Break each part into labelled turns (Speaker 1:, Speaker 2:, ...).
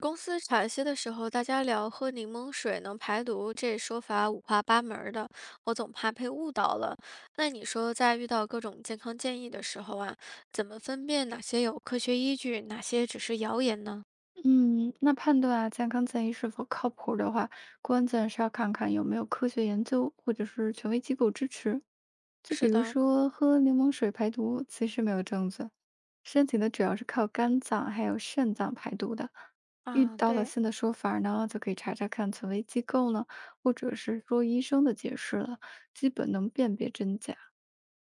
Speaker 1: 公司茶歇的时候，大家聊喝柠檬水能排毒，这说法五花八门儿的，我总怕被误导了。那你说，在遇到各种健康建议的时候啊，怎么分辨哪些有科学依据，哪些只是谣言呢？
Speaker 2: 嗯，那判断啊健康建议是否靠谱儿的话，关键是要看看有没有科学研究或者是权威机构支持。就比
Speaker 1: 是
Speaker 2: 如
Speaker 1: 的，
Speaker 2: 说喝柠檬水排毒，其实没有证据，身体呢主要是靠肝脏还有肾脏排毒的。遇
Speaker 1: 啊，
Speaker 2: 到了
Speaker 1: 对，
Speaker 2: 新的说法儿呢，就可以查查看权威机构呢，或者是说医生的解释了，基本能辨别真假。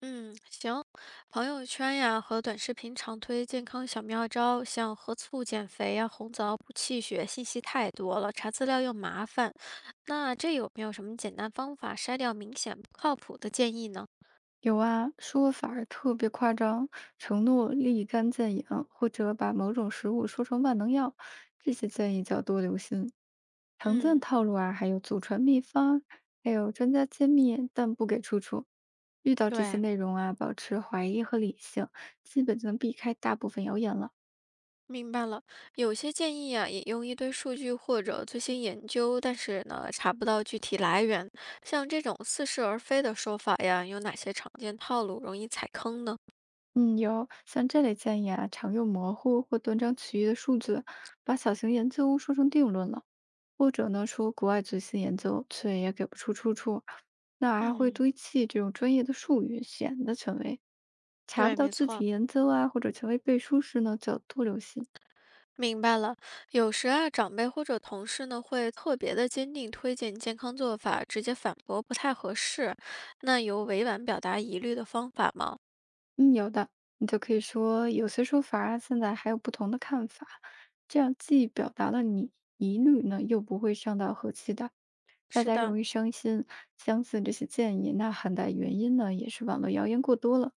Speaker 1: 嗯，行，朋友圈呀和短视频常推健康小妙招，像喝醋减肥呀、红枣补气血，信息太多了，查资料又麻烦。那这有没有什么简单方法筛掉明显不靠谱的建议呢？
Speaker 2: 有啊，说法儿特别夸张，承诺立竿见影，或者把某种食物说成万能药，这些建议就要多留心。常见
Speaker 1: 嗯，
Speaker 2: 套路啊，还有祖传秘方，还有专家揭秘但不给出处。遇到这些
Speaker 1: 对，
Speaker 2: 内容啊，保持怀疑和理性，基本就能避开大部分谣言了。
Speaker 1: 明白了。有些建议呀引用一堆数据或者最新研究，但是呢查不到具体来源，像这种似是而非的说法呀，有哪些常见套路容易踩坑呢？
Speaker 2: 嗯，有像这类建议啊，常用模糊或断章取义的数据，把小型研究说成定论了。或者呢说国外最新研究，却也给不出出处，那还会
Speaker 1: 嗯，
Speaker 2: 堆砌这种专业的术语，显得权威。查不
Speaker 1: 对，
Speaker 2: 到
Speaker 1: 没
Speaker 2: 具
Speaker 1: 错。
Speaker 2: 体研究啊，或者权威背书时呢，叫多留心。
Speaker 1: 明白了，有时啊，长辈或者同事呢会特别的坚定推荐健康做法，直接反驳不太合适。那有委婉表达疑虑的方法吗？
Speaker 2: 嗯，有的，你就可以说有些说法啊，现在还有不同的看法，这样既表达了你疑虑呢，又不会伤到和气的。大
Speaker 1: 是
Speaker 2: 家
Speaker 1: 的，
Speaker 2: 容易伤心，相信这些建议，那很大原因呢，也是网络谣言过多了。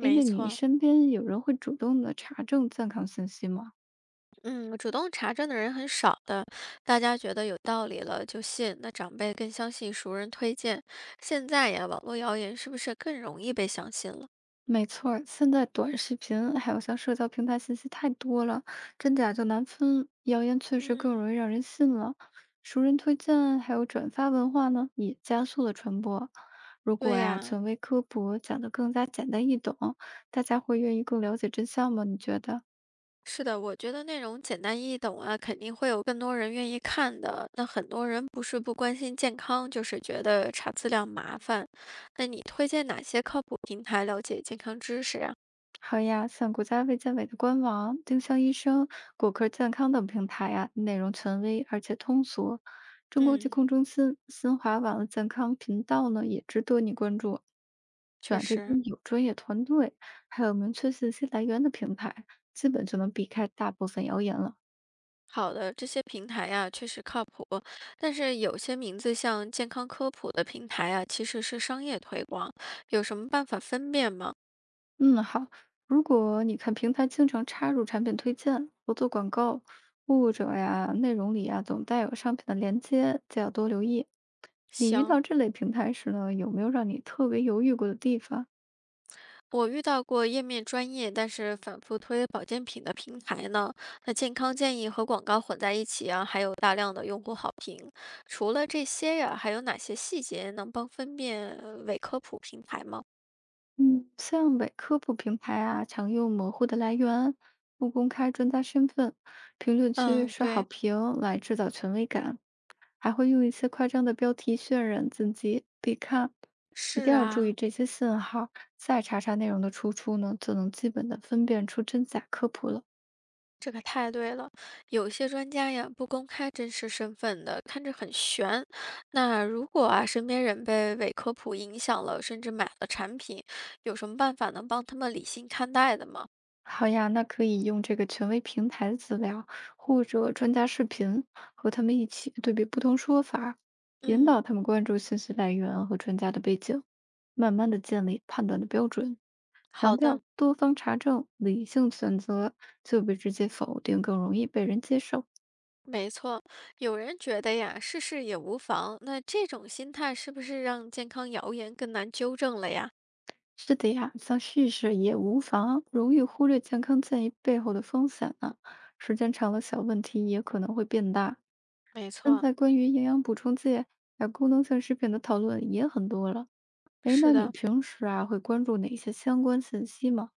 Speaker 2: 哎，那你
Speaker 1: 错，
Speaker 2: 身边有人会主动的查证健康信息吗？
Speaker 1: 嗯，主动查证的人很少的，大家觉得有道理了就信，那长辈更相信熟人推荐。现在呀，网络谣言是不是更容易被相信了？
Speaker 2: 没错儿现在短视频还有像社交平台信息太多了，真假就难分，谣言确实更
Speaker 1: 嗯，
Speaker 2: 容易让人信了。熟人推荐还有转发文化呢，也加速了传播。如果
Speaker 1: 对
Speaker 2: 呀、
Speaker 1: 呀、
Speaker 2: 权威科普讲得更加简单易懂，大家会愿意更了解真相吗？你觉得？
Speaker 1: 是的，我觉得内容简单易懂啊，肯定会有更多人愿意看的。那很多人不是不关心健康，就是觉得查资料麻烦。那你推荐哪些靠谱平台了解健康知识呀？
Speaker 2: 好呀，像国家卫健委的官网、丁香医生、果壳健康等平台呀、内容权威而且通俗。中国疾
Speaker 1: 嗯，
Speaker 2: 控中心、新华网的健康频道呢，也值得你关注。
Speaker 1: 确
Speaker 2: 短这
Speaker 1: 实，
Speaker 2: 边有专业团队，还有明确信息来源的平台，基本就能避开大部分谣言了。
Speaker 1: 好的，这些平台呀，确实靠谱。但是有些名字像健康科普的平台啊，其实是商业推广，有什么办法分辨吗？
Speaker 2: 嗯，好。如果你看平台经常插入产品推荐、合作广告，或者呀内容里呀总带有商品的链接，就要多留意。你遇
Speaker 1: 行。
Speaker 2: 到这类平台时呢，有没有让你特别犹豫过的地方？
Speaker 1: 我遇到过页面专业，但是反复推保健品的平台呢，那健康建议和广告混在一起啊，还有大量的用户好评。除了这些呀，还有哪些细节能帮分辨伪科普平台吗？
Speaker 2: 嗯，像伪科普平台啊，常用模糊的来源、不公开专家身份、评论区
Speaker 1: 嗯，
Speaker 2: 刷好
Speaker 1: 对，
Speaker 2: 评来制造权威感，还会用一些夸张的标题渲染自己必看。一定
Speaker 1: 是
Speaker 2: 要注意
Speaker 1: 啊，
Speaker 2: 这些信号，再查查内容的出处呢，就能基本的分辨出真假科普了。
Speaker 1: 这可太对了。有些专家呀，不公开真实身份的，看着很悬。那如果啊，身边人被伪科普影响了，甚至买了产品，有什么办法能帮他们理性看待的吗？
Speaker 2: 好呀，那可以用这个权威平台的资料或者专家视频，和他们一起对比不同说法儿引
Speaker 1: 嗯，
Speaker 2: 导他们关注信息来源和专家的背景，慢慢的建立判断的标准。强
Speaker 1: 好
Speaker 2: 调
Speaker 1: 的。
Speaker 2: 多方查证、理性选择，就比直接否定更容易被人接受。
Speaker 1: 没错，有人觉得呀，试试也无妨。那这种心态是不是让健康谣言更难纠正了呀？
Speaker 2: 是的呀，像试试也无妨，容易忽略健康建议背后的风险呢、时间长了，小问题也可能会变大。
Speaker 1: 没
Speaker 2: 现
Speaker 1: 错，
Speaker 2: 在关于营养补充剂还有功能性食品的讨论也很多了。哎，那
Speaker 1: 是
Speaker 2: 你
Speaker 1: 的，
Speaker 2: 平时啊会关注哪些相关信息吗？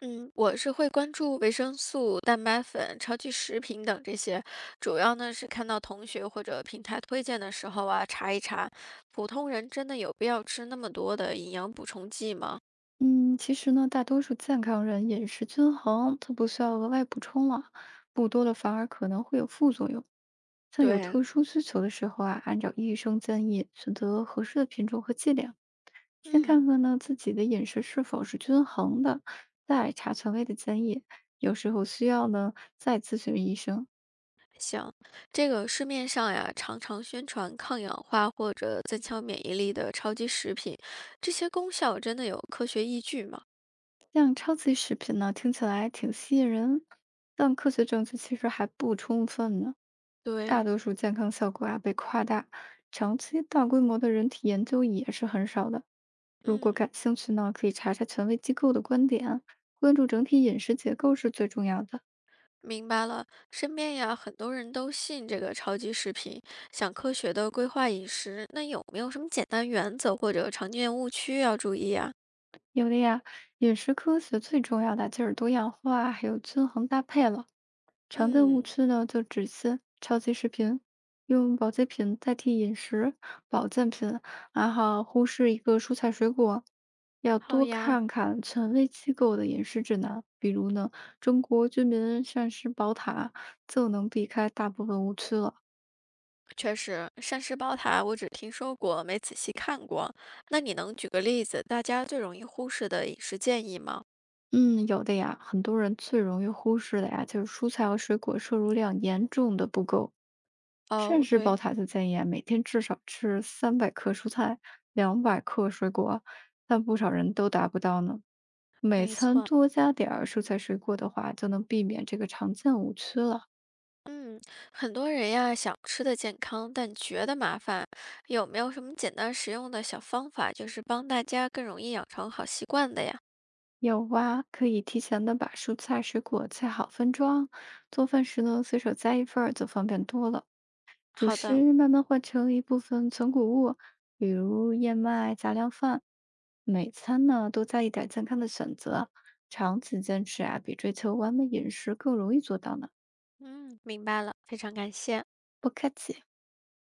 Speaker 1: 嗯，我是会关注维生素、蛋白粉、超级食品等这些，主要呢是看到同学或者平台推荐的时候啊，查一查，普通人真的有必要吃那么多的营养补充剂吗？
Speaker 2: 嗯，其实呢，大多数健康人饮食均衡，他不需要额外补充了，补多了反而可能会有副作用。像有
Speaker 1: 对，
Speaker 2: 特殊需求的时候啊，按照医生建议选择合适的品种和剂量，先
Speaker 1: 嗯，
Speaker 2: 看看呢自己的饮食是否是均衡的，再查权威的建议。有时候需要呢再咨询医生。
Speaker 1: 行，这个市面上呀，常常宣传抗氧化或者增强免疫力的超级食品，这些功效真的有科学依据吗？
Speaker 2: 像超级食品呢，听起来挺吸引人，但科学证据其实还不充分呢。大
Speaker 1: 对，
Speaker 2: 多数健康效果啊被夸大，长期大规模的人体研究也是很少的。如果
Speaker 1: 嗯，
Speaker 2: 感兴趣呢，可以查查权威机构的观点，关注整体饮食结构是最重要的。
Speaker 1: 明白了。身边呀，很多人都信这个超级食品，想科学的规划饮食，那有没有什么简单原则或者常见误区要注意啊？
Speaker 2: 因为呀，饮食科学最重要的就是多样化还有均衡搭配了。常见误
Speaker 1: 嗯，
Speaker 2: 区呢，就只限超级食品，用保健品代替饮食保健品，然后忽视一个蔬菜水果，要
Speaker 1: 好
Speaker 2: 多
Speaker 1: 呀。
Speaker 2: 看看权威机构的饮食指南，比如呢《中国居民膳食宝塔》，就能避开大部分误区了。
Speaker 1: 确实，膳食宝塔我只听说过，没仔细看过。那你能举个例子，大家最容易忽视的饮食建议吗？
Speaker 2: 嗯，有的呀，很多人最容易忽视的呀，就是蔬菜和水果摄入量严重的不够。膳
Speaker 1: 哦，
Speaker 2: 食宝
Speaker 1: 对，
Speaker 2: 塔就建议啊，每天至少吃300克蔬菜，200克水果，但不少人都达不到呢。每
Speaker 1: 没
Speaker 2: 餐
Speaker 1: 错。
Speaker 2: 多加点儿蔬菜水果的话，就能避免这个常见误区了。
Speaker 1: 嗯，很多人呀想吃的健康，但觉得麻烦，有没有什么简单实用的小方法，就是帮大家更容易养成好习惯的呀？
Speaker 2: 有啊，可以提前的把蔬菜水果切好分装，做饭时呢随手摘一份儿就方便多了。主
Speaker 1: 好的，
Speaker 2: 食慢慢换成一部分存谷物，比如燕麦、杂粮饭。每餐呢多加一点健康的选择，长期坚持啊，比追求完美饮食更容易做到呢。
Speaker 1: 嗯，明白了，非常感谢。
Speaker 2: 不客气。